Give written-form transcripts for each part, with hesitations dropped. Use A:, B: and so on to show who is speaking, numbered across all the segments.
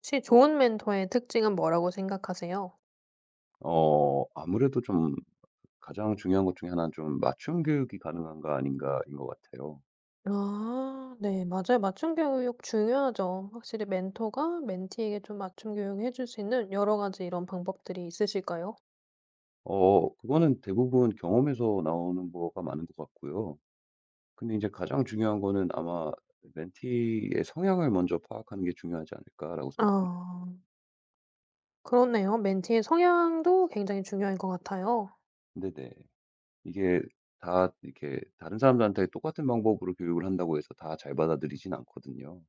A: 혹시 좋은 멘토의 특징은 뭐라고 생각하세요?
B: 아무래도 좀 가장 중요한 것 중에 하나는 좀 맞춤 교육이 가능한가 아닌가인 것 같아요.
A: 아, 네. 맞아요. 맞춤 교육 중요하죠. 확실히 멘토가 멘티에게 좀 맞춤 교육을 해줄 수 있는 여러 가지 이런 방법들이 있으실까요?
B: 그거는 대부분 경험에서 나오는 거가 많은 것 같고요. 근데 이제 가장 중요한 거는 아마 멘티의 성향을 먼저 파악하는 게 중요하지 않을까라고
A: 아,
B: 생각합니다.
A: 그렇네요. 멘티의 성향도 굉장히 중요할 것 같아요.
B: 네네. 이게 다 이렇게 다른 사람들한테 똑같은 방법으로 교육을 한다고 해서 다 잘 받아들이진 않거든요.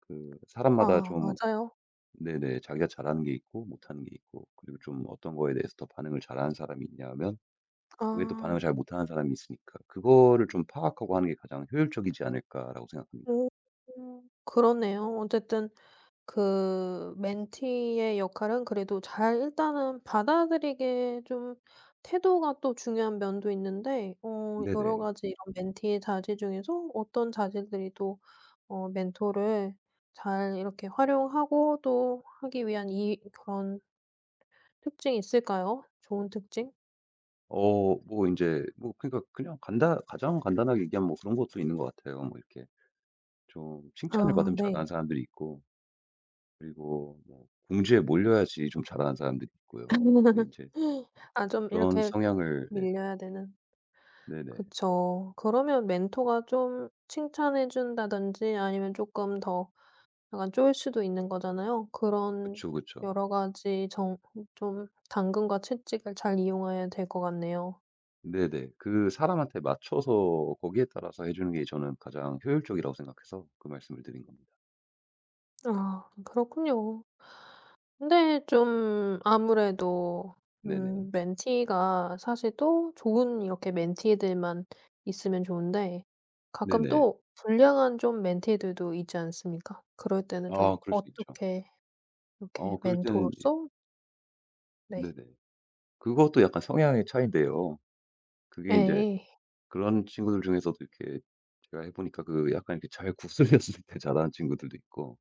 B: 그 사람마다
A: 아,
B: 좀,
A: 맞아요.
B: 네네. 자기가 잘하는 게 있고 못하는 게 있고 그리고 좀 어떤 거에 대해서 더 반응을 잘하는 사람이 있냐 하면 거기에 또
A: 아.
B: 반응을 잘 못하는 사람이 있으니까 그거를 좀 파악하고 하는 게 가장 효율적이지 않을까라고 생각합니다.
A: 오. 그렇네요. 어쨌든 그 멘티의 역할은 그래도 잘 일단은 받아들이게 좀 태도가 또 중요한 면도 있는데 여러
B: 네네.
A: 가지 이런 멘티의 자질 중에서 어떤 자질들이 또 멘토를 잘 이렇게 활용하고 또 하기 위한 이 그런 특징이 있을까요? 좋은 특징?
B: 그러니까 그냥 간단 가장 간단하게 얘기하면 뭐 그런 것도 있는 것 같아요. 뭐 이렇게 좀 칭찬을
A: 아,
B: 받으면
A: 네.
B: 잘하는 사람들이 있고 그리고 뭐 궁지에 몰려야지 좀 잘하는 사람들이 있고요. 근데 제
A: 아, 좀
B: 그런
A: 이렇게
B: 성향을, 네.
A: 밀려야 되는.
B: 네네.
A: 그쵸. 그러면 멘토가 좀 칭찬해 준다든지 아니면 쪼끔 더 약간 쪼일 수도 있는 거잖아요. 그런
B: 그쵸, 그쵸.
A: 여러 가지 정 좀 당근과 채찍을 잘 이용해야 될 것 같네요.
B: 네네. 그 사람한테 맞춰서 거기에 따라서 해 주는 게 저는 가장 효율적이라고 생각해서 그 말씀을 드린 겁니다.
A: 아, 그렇군요. 근데 좀 아무래도
B: 네네.
A: 멘티가 사실 또 좋은 이렇게 멘티들만 있으면 좋은데 가끔
B: 네네.
A: 또 불량한 좀 멘티들도 있지 않습니까? 그럴 때는
B: 아
A: 좀
B: 그럴 수 있죠.
A: 어떻게 이렇게
B: 그럴 때는,
A: 멘토로서 네.
B: 네네. 그것도 약간 성향의 차이인데요. 그게 이제
A: 예.
B: 그런 친구들 중에서도 이렇게 제가 해 보니까 그 약간 이렇게 잘 구슬렸을 때 잘하는 친구들도 있고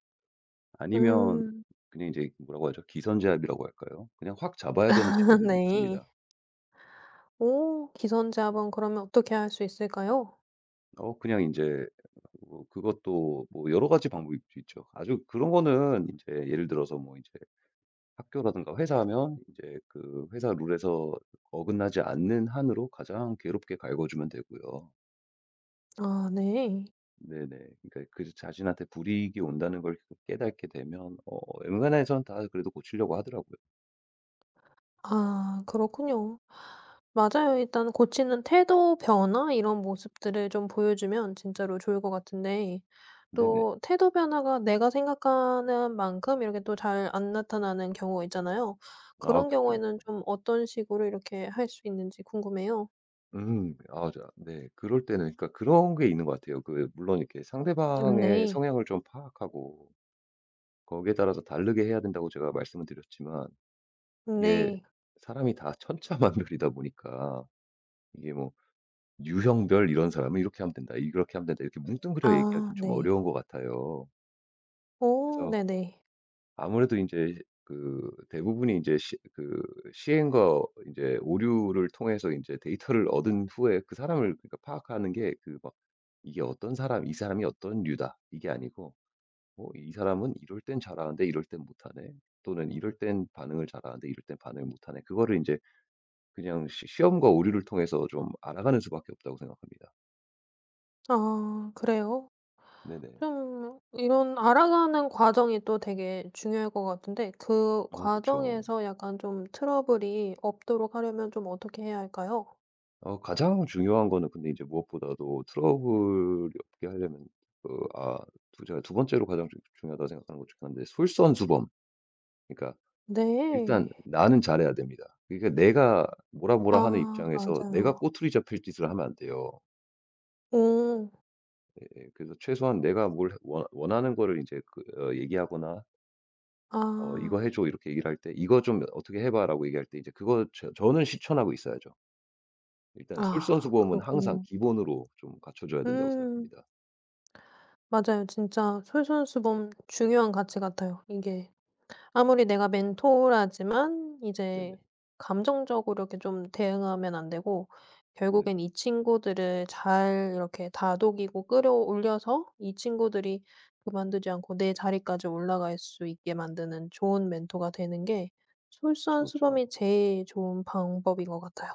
B: 아니면
A: 음.
B: 그냥 이제 뭐라고 하죠? 기선제압이라고 할까요? 그냥 확 잡아야 되는 친구들도
A: 네.
B: 있습니다.
A: 오. 기선제압은 그러면 어떻게 할 수 있을까요?
B: 그냥 이제 뭐 그것도 뭐 여러 가지 방법이 있죠. 아주 그런 거는 이제 예를 들어서 뭐 이제 학교라든가 회사면 하이제 그 회사 룰에서 어긋나지 않는 한으로 가장 괴롭게 갈궈 주면 되고요.
A: 아, 네.
B: 네네. 그러니까 그 자신한테 불이익이 온다는 걸 그 깨닫게 되면 웬만해선 다 그래도 고치려고 하더라고요.
A: 아, 그렇군요. 맞아요. 일단 고치는 태도 변화 이런 모습들을 좀 보여주면 진짜로 좋을 것 같은데
B: 네네.
A: 또 태도 변화가 내가 생각하는 만큼 이렇게 또 잘 안 나타나는 경우가 있잖아요.
B: 아
A: 그런
B: 그쵸,
A: 경우에는
B: 그쵸.
A: 좀 어떤 식으로 이렇게 할 수 있는지 궁금해요.
B: 음. 아 자 네. 그럴 때는 그러니까 그런 게 있는 것 같아요. 그 물론 이렇게
A: 음,
B: 상대방의
A: 네.
B: 성향을 좀 파악하고 거기에 따라서 다르게 해야 된다고 제가 말씀을 드렸지만 이게
A: 네.
B: 사람이 다 천차만별이다 보니까 이게 뭐 유형별 이런 사람은 이렇게 하면 된다. 이렇게 하면 된다. 이렇게 뭉뚱그려
A: 아,
B: 얘기하기는 좀
A: 네.
B: 어려운 것 같아요.
A: 오,
B: 그래서
A: 네네.
B: 아무래도 이제 그 대부분이 이제 시 그 시행과 이제 오류를 통해서 이제 데이터를 얻은 후에 그 사람을 그러니까 파악하는 게 그 막 이게 어떤 사람 '이 사람이 어떤 류다.' 이게 아니고 뭐 '이 사람은 이럴 땐 잘하는데 이럴 땐 못하네.' 또는 '이럴 땐 반응을 잘하는데 이럴 땐 반응을 못하네.' 그거를 이제 그냥 시 시험과 오류를 통해서 좀 알아가는 수밖에 없다고 생각합니다.
A: 아, 그래요?
B: 네네.
A: 좀 이런 알아가는 과정이 또 되게 중요할 것 같은데 그
B: 어 그쵸.
A: 과정에서 약간 좀 트러블이 없도록 하려면 좀 어떻게 해야 할까요?
B: 가장 중요한 거는 근데 이제 무엇보다도 트러블이 없게 하려면 그 아 두 번째로 가장 중 중요하다고 생각하는 것 중 하나인데 솔선수범. 그러니까 일단
A: 네.
B: 나는 잘해야 됩니다. 그러니까 내가 뭐라 뭐라 하는
A: 아,
B: 입장에서 내가
A: 맞아요.
B: 꼬투리 잡힐 짓을 하면 안 돼요.
A: 오.
B: 예. 예. 그래서 최소한 내가 뭘 원 원하는 거를 이제 그 어 얘기하거나 "이거
A: 아.
B: 해 줘." 이렇게 얘기를 할 때 "이거 좀 어떻게 해 봐."라고 얘기할 때 이제 그거 저는 실천하고 있어야죠. 일단
A: 아,
B: 솔선수범은 항상
A: 그렇군요.
B: 기본으로 좀 갖춰 줘야 된다고
A: 음.
B: 생각합니다.
A: 맞아요. 진짜 솔선수범 중요한 가치 같아요 이게. 아무리 내가 멘토라지만
B: 네네.
A: 이제 감정적으로 이렇게 좀 대응하면 안 되고
B: 네네.
A: 결국엔 이 친구들을 잘 이렇게 다독이고 끌어올려서 이 친구들이 그만두지 않고 내 자리까지 올라갈 수 있게 만드는 좋은 멘토가 되는 게
B: 그
A: 솔선수범이 제일 좋은 방법인 것 같아요.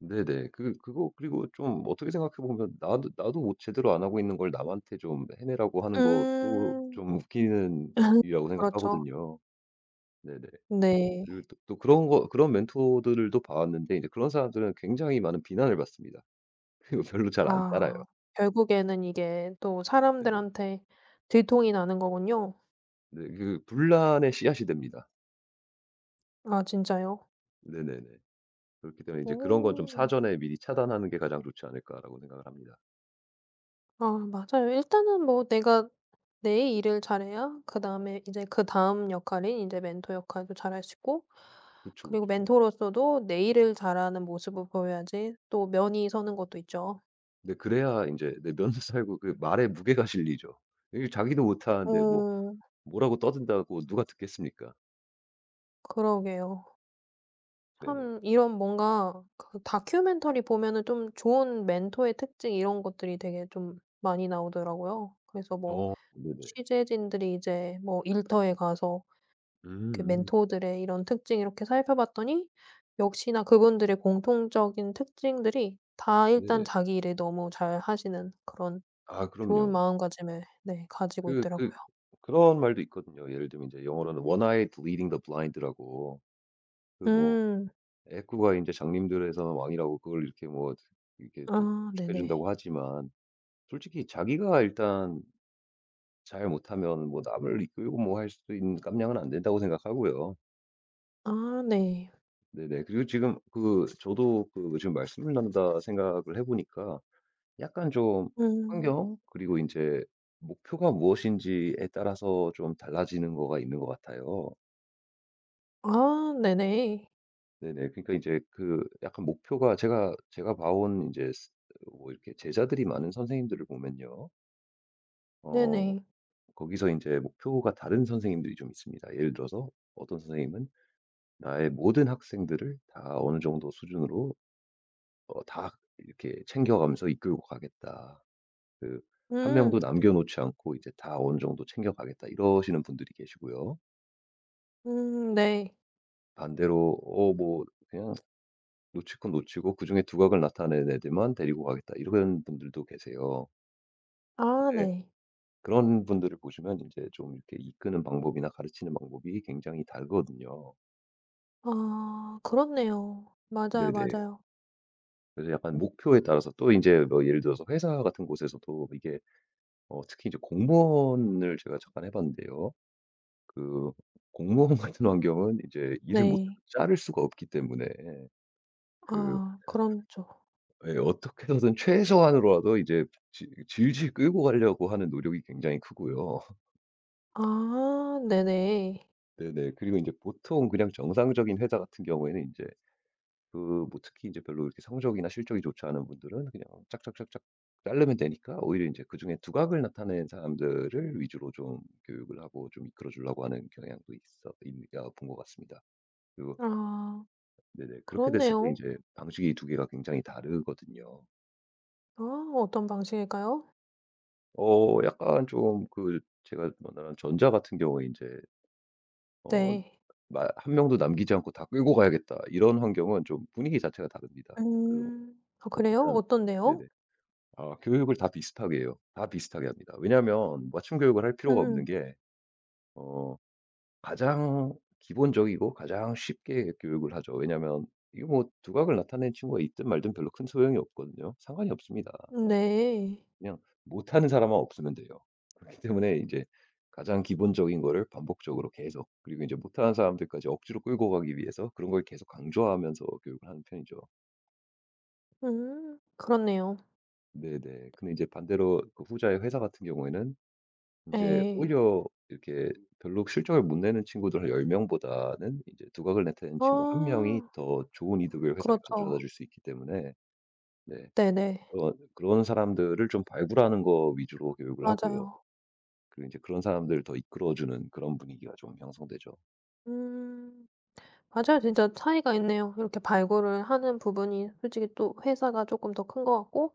B: 네네. 그 그거 그리고 좀 어떻게 생각해 보면 나도 못 제대로 안 하고 있는 걸 남한테 좀 해내라고 하는 것도
A: 음.
B: 좀 웃기는 일이라고
A: 그렇죠.
B: 생각하거든요. 네네.
A: 네.
B: 그 또 또 그런 거 그런 멘토들도 봐 왔는데 이제 그런 사람들은 굉장히 많은 비난을 받습니다. 그리고 별로 잘 안 따라요.
A: 아. 결국에는 이게 또
B: 네네.
A: 사람들한테 들통이 나는 거군요.
B: 네 그 분란의 씨앗이 됩니다.
A: 아, 진짜요?
B: 네네네. 그렇기 때문에 이제 '그런 건 좀
A: 오.
B: 사전에 미리 차단하는 게 가장 좋지 않을까.'라고 생각을 합니다.
A: 아, 맞아요. 일단은 뭐 내가 내 일을 잘해야 그다음에 이제 그다음 역할인 이제 멘토 역할도 잘할 수 있고
B: 그쵸,
A: 그리고
B: 그쵸.
A: 멘토로서도 내 일을 잘하는 모습을 보여야지 또 면이 서는 것도 있죠.
B: 근데 그래야 인제 네 면도 살고 그 말에 무게가 실리죠. 이게 자기도
A: 어
B: 못하는데 뭐라고 떠든다고 누가 듣겠습니까?
A: 그러게요.
B: 네네.
A: 참 이런 뭔가 그 다큐멘터리 보면은 좀 좋은 멘토의 특징 이런 것들이 되게 좀 많이 나오더라고요. 그래서 뭐
B: 어. 네네.
A: 취재진들이 이제 뭐 일터에 가서 그
B: 음음.
A: 멘토들의 이런 특징 이렇게 살펴봤더니 역시나 그분들의 공통적인 특징들이 다 일단
B: 네네.
A: 자기 일을 너무 잘하시는 그런
B: 아
A: 좋은
B: 그럼요.
A: 마음가짐을 네 가지고
B: 그 그
A: 있더라고요.
B: 그런 말도 있거든요. 예를 들면 이제 영어로는 one eyed leading the blind라고 그 뭐
A: 음.
B: 애꾸가 이제 장님들에서는 왕이라고 그걸 이렇게 뭐 이렇게 또
A: 아,
B: 축해
A: 네네.
B: 준다고 하지만 솔직히 자기가 일단 잘 못하면 뭐 남을 이끌고 뭐 할 수 있는 깜냥은 안 된다고 생각하고요.
A: 아, 네.
B: 네네. 그리고 지금 그 저도 그 지금 말씀을 나누다 생각을 해 보니까 약간 좀
A: 음.
B: 환경 그리고 이제 목표가 무엇인지에 따라서 좀 달라지는 거가 있는 것 같아요.
A: 아, 네네.
B: 네네. 그러니까 이제 그 약간 목표가 제가 봐온 이제 스 뭐 이렇게 제자들이 많은 선생님들을 보면요. 어
A: 네네.
B: 거기서 이제 목표가 다른 선생님들이 좀 있습니다. 예를 들어서 어떤 선생님은 나의 모든 학생들을 다 어느 정도 수준으로 다 이렇게 챙겨가면서 이끌고 가겠다. 그 한 명도
A: 음.
B: 남겨 놓지 않고 이제 다 어느 정도 챙겨가겠다. 이러시는 분들이 계시고요.
A: 음, 네.
B: 반대로 뭐 그냥 놓칠 건 놓치고 그중에 두각을 나타낸 애들만 데리고 가겠다 이런 분들도 계세요.
A: 아,
B: 근데
A: 네.
B: 그런 분들을 보시면 인제 좀 이렇게 이끄는 방법이나 가르치는 방법이 굉장히 다르거든요.
A: 아, 그렇네요. 맞아요,
B: 네네.
A: 맞아요.
B: 그래서 약간 목표에 따라서 또 인제 뭐 예를 들어서 회사 같은 곳에서도 이게 특히 이제 공무원을 제가 잠깐 해 봤는데요. 그 공무원 같은 환경은 이제 일을 못해도
A: 네.
B: 자를 수가 없기 때문에 그
A: 아, 그렇죠.
B: 예 어떻게 해서든 최소한으로라도 이제 지 질질 끌고 가려고 하는 노력이 굉장히 크고요.
A: 아, 네네.
B: 네네. 그리고 이제 보통 그냥 정상적인 회사 같은 경우에는 이제 그 뭐 특히 이제 별로 이렇게 성적이나 실적이 좋지 않은 분들은 그냥 짝짝짝짝 자르면 되니까 오히려 이제 그중에 두각을 나타낸 사람들을 위주로 좀 교육을 하고 좀 이끌어 주려고 하는 경향도 있어 있는 아 본 것 같습니다. 그리고
A: 아.
B: 네네. 그렇게 됐을 때 이
A: 그렇네요.
B: 제 방식이 두 개가 굉장히 다르거든요.
A: 아, 어떤 방식일까요?
B: 약간 좀 그 제가 만난 전자 같은 경우에 이제 어
A: 네.
B: 마 '한 명도 남기지 않고 다 끌고 가야겠다.' 이런 환경은 좀 분위기 자체가 다릅니다. 그
A: 음. 아, 그래요?
B: 일단
A: 어떤데요?
B: 네네. 아 교육을 다 비슷하게 해요. 다 비슷하게 합니다. 왜냐하면 맞춤 교육을 할 필요가 없는
A: 음.
B: 게 어 가장 기본적이고 가장 쉽게 교육을 하죠. 왜냐하면 이거 뭐 두각을 나타내는 친구가 있든 말든 별로 큰 소용이 없거든요. 상관이 없습니다.
A: 네.
B: 그냥 못하는 사람만 없으면 돼요. 그렇기 때문에 이제 가장 기본적인 거를 반복적으로 계속 그리고 이제 못하는 사람들까지 억지로 끌고 가기 위해서 그런 걸 계속 강조하면서 교육을 하는 편이죠.
A: 음. 그렇네요.
B: 네네. 근데 이제 반대로 그 후자의 회사 같은 경우에는 이제
A: 네.
B: 오히려 이렇게 별로 실적을 못 내는 친구들 열10 명보다는 이제 두각을 나타내는 친구 한 명이
A: 아.
B: 더 좋은 이득을 회사에 가져다
A: 그렇죠.
B: 줄 수 있기 때문에 네.
A: 네네.
B: 어, 그런 사람들을 좀 발굴하는 거 위주로 교육을 하고요.
A: 맞아요.
B: 그리고 이제 그런 사람들을 더 이끌어주는 그런 분위기가 좀 형성되죠.
A: 음. 맞아요. 진짜 차이가 있네요. 이렇게 발굴을 하는 부분이 솔직히 또 회사가 조금 더 큰 것 같고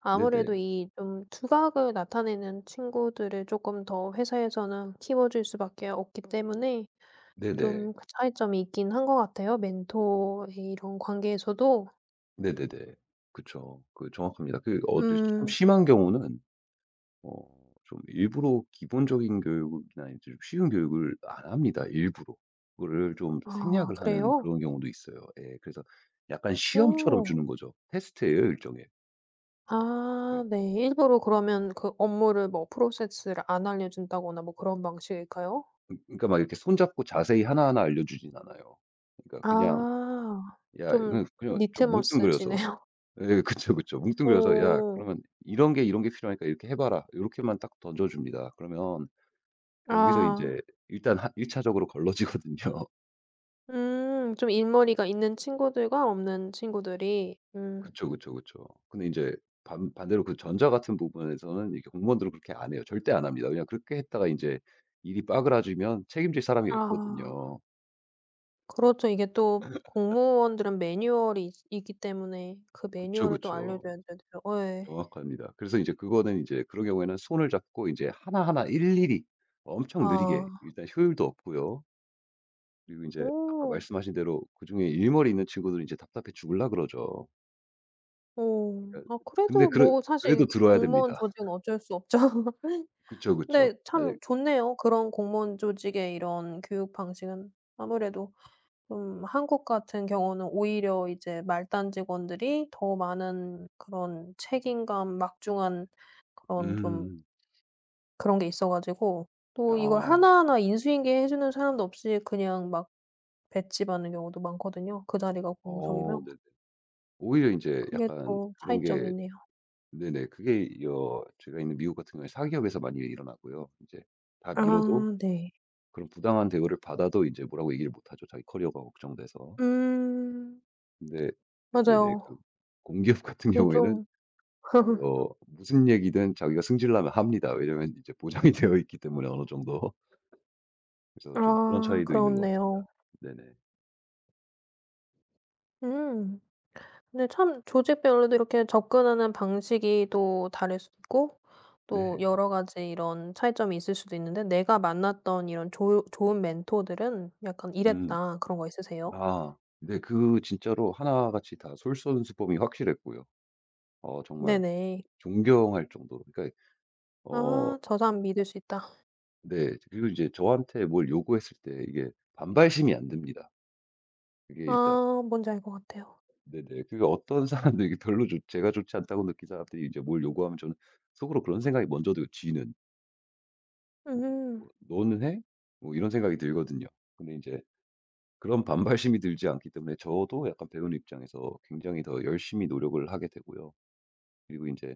A: 아무래도
B: 네네.
A: 이 좀 두각을 나타내는 친구들을 조금 더 회사에서는 키워줄 수밖에 없기 때문에
B: 네네.
A: 좀 그 차이점이 있긴 한 것 같아요. 멘토 이런 관계에서도.
B: 네네네. 그쵸. 그 정확합니다. 그 좀
A: 음.
B: 심한 경우는 좀 일부러 기본적인 교육이나 이제 좀 쉬운 교육을 안 합니다, 일부러. 그거를 좀
A: 아,
B: 생략을 하는
A: 그래요?
B: 그런 경우도 있어요. 예. 그래서 약간 시험처럼
A: 오.
B: 주는 거죠. 테스트예요, 일종의. 예.
A: 아, 네. 일부러 그러면 그 업무를 뭐 프로세스를 안 알려준다거나 뭐 그런 방식일까요?
B: 그러니까 막 이렇게 손잡고 자세히 하나하나 알려주진 않아요. 그러니까 그냥
A: 아.
B: "야"
A: 좀
B: 그냥 좀 뭉뚱그려서
A: 리트머스지네요.
B: 예 그쵸, 그쵸. 뭉뚱그려서 "야
A: 어.
B: 그러면 이런 게 이런 게 필요하니까 이렇게 해 봐라." 이렇게만 딱 던져 줍니다. 그러면 거기서 이
A: 아.
B: 제 일단 하 1차적으로 차적으로 걸러지거든요.
A: 음. 좀 일머리가 있는 친구들과 없는 친구들이
B: 그쵸, 그쵸, 그쵸. 근데 이제 반 반대로 그 전자 같은 부분에서는 이게 공무원들은 그렇게 안 해요. 절대 안 합니다. 그냥 그렇게 했다가 이제 일이 빠그라지면 책임질 사람이
A: 아.
B: 없거든요.
A: 그렇죠. 이게 또 공무원들은 매뉴얼이 있 있기 때문에 그
B: 그쵸,
A: 매뉴얼을 또
B: 그쵸.
A: 알려줘야 되죠. 예.
B: 정확합니다. 그래서 이제 그거는 이제 그런 경우에는 손을 잡고 이제 하나하나 일일이 엄청 느리게
A: 아.
B: 일단 효율도 없고요. 그리고 이제 아까
A: 오.
B: 말씀하신 대로 그중에 일머리 있는 친구들은 이제 답답해 죽을라 그러죠.
A: 오.
B: 그러니까
A: 아,
B: 근데
A: 그래도 뭐 사실
B: 그래도 들어야
A: 공무원
B: 됩니다.
A: 조직은 어쩔 수 없죠.
B: 그쵸, 그쵸.
A: 근데
B: 아이
A: 참 좋네요. 그런 공무원 조직의 이런 교육 방식은 아무래도 좀 한국 같은 경우는 오히려 이제 말단 직원들이 더 많은 그런 책임감 막중한 그런 좀
B: 음.
A: 그런 게 있어 가지고 또 이걸
B: 아.
A: 하나하나 인수인계 해 주는 사람도 없이 그냥 막 배치받는 경우도 많거든요, 그 자리가
B: 어
A: 공석이면.
B: 네네. 오히려 인제
A: 그게
B: 약간
A: 또
B: 그런 게
A: 차이점이네요.
B: 네네. 그게 여 제가 있는 미국 같은 경우에 사기업에서 많이 일어나고요. 인제 다 미뤄도
A: 아, 네.
B: 그런 부당한 대우를 받아도 인제 뭐라고 얘기를 못 하죠, 자기 커리어가 걱정돼서.
A: 음.
B: 근데 네네. 그
A: 맞아요.
B: 공기업 같은
A: 그게
B: 경우에는
A: 좀
B: 무슨 얘기든 자기가 승질나면 합니다. 왜냐면 이제 보장이 되어 있기 때문에 어느 정도. 그래서 좀 그런
A: 아,
B: 차이도 있는 것 같습니다.
A: 그렇네요.
B: 네네.
A: 음. 근데 참 조직별로도 이렇게 접근하는 방식이 또 다를 수도 있고 또
B: 네.
A: 여러 가지 이런 차이점이 있을 수도 있는데 내가 만났던 이런 좋 좋은 멘토들은 약간
B: 음.
A: 이랬다 그런 거 있으세요?
B: 아. 네 그 진짜로 하나같이 다 솔선수범이 확실했고요. 정말
A: 네네.
B: 존경할 정도로. 그러니까 어
A: 아, 저사람 믿을 수 있다.
B: 네. 그리고 이제 저한테 뭘 요구했을 때 이게 반발심이 안 듭니다. 그게 일단
A: 아, 뭔지 알 것 같아요.
B: 네네. 그게 어떤 사람도 이게 별로 좋 제가 좋지 않다고 느낀 사람들이 이제 뭘 요구하면 저는 속으로 그런 생각이 먼저 들어요, 지는. 어
A: 음.
B: 뭐 '너는 해?' 뭐 이런 생각이 들거든요. 근데 이제 그런 반발심이 들지 않기 때문에 저도 약간 배우는 입장에서 굉장히 더 열심히 노력을 하게 되고요. 그리고 이제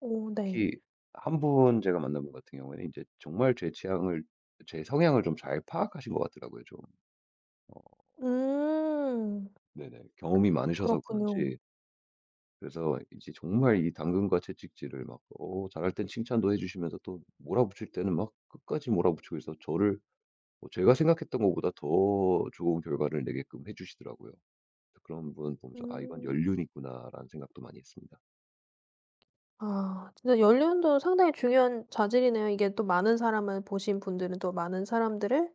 A: 오,
B: 특히
A: 네.
B: 한 분 제가 만난 분 같은 경우에는 이제 정말 제 취향을 제 성향을 좀 잘 파악하신 것 같더라고요 좀. 어
A: 음.
B: 네네. 경험이 많으셔서
A: 그렇군요.
B: 그런지 그래서 이제 정말 이 당근과 채찍질을 막 잘할 땐 칭찬도 해 주시면서 또 몰아붙일 때는 막 끝까지 몰아붙이고 해서 저를 뭐 제가 생각했던 것보다 더 좋은 결과를 내게끔 해 주시더라고요. 그런 분 보면서 '아 이건
A: 음.
B: 연륜이구나.'라는 생각도 많이 했습니다.
A: 아, 진짜 연륜도 상당히 중요한 자질이네요. 이게 또 많은 사람을 보신 분들은 또 많은 사람들을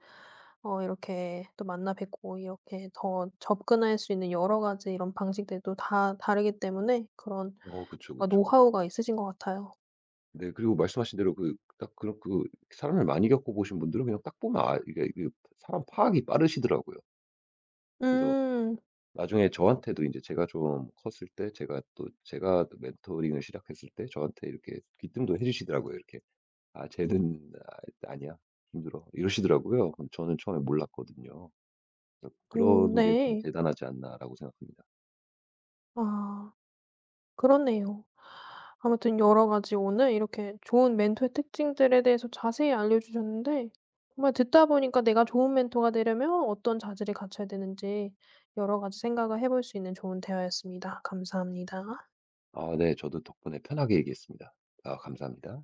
A: 이렇게 또 만나 뵙고 이렇게 더 접근할 수 있는 여러 가지 이런 방식들도 다 다르기 때문에 그런
B: 어 그쵸,
A: 뭔가
B: 그쵸.
A: 노하우가 있으신 것 같아요.
B: 네 그리고 말씀하신 대로 그 딱 그런 그 사람을 많이 겪어 보신 분들은 그냥 딱 보면 아 이게 이게 사람 파악이 빠르시더라고요. 그래서
A: 음.
B: 나중에 저한테도 이제 제가 또 제가 멘토링을 시작했을 때 저한테 이렇게 귀띔도 해 주시더라고요 이렇게. "아 쟤는 아니야. 힘들어." 이러시더라고요. 그럼 저는 처음에 몰랐거든요. 그래서
A: 오,
B: '그런 게 좀
A: 네.
B: 대단하지 않나.'라고 생각합니다.
A: 아, 그렇네요. 아무튼 여러 가지 오늘 이렇게 좋은 멘토의 특징들에 대해서 자세히 알려주셨는데 정말 듣다 보니까 내가 좋은 멘토가 되려면 어떤 자질을 갖춰야 되는지 여러 가지 생각을 해볼 수 있는 좋은 대화였습니다. 감사합니다.
B: 아 네. 저도 덕분에 편하게 얘기했습니다. 아 감사합니다.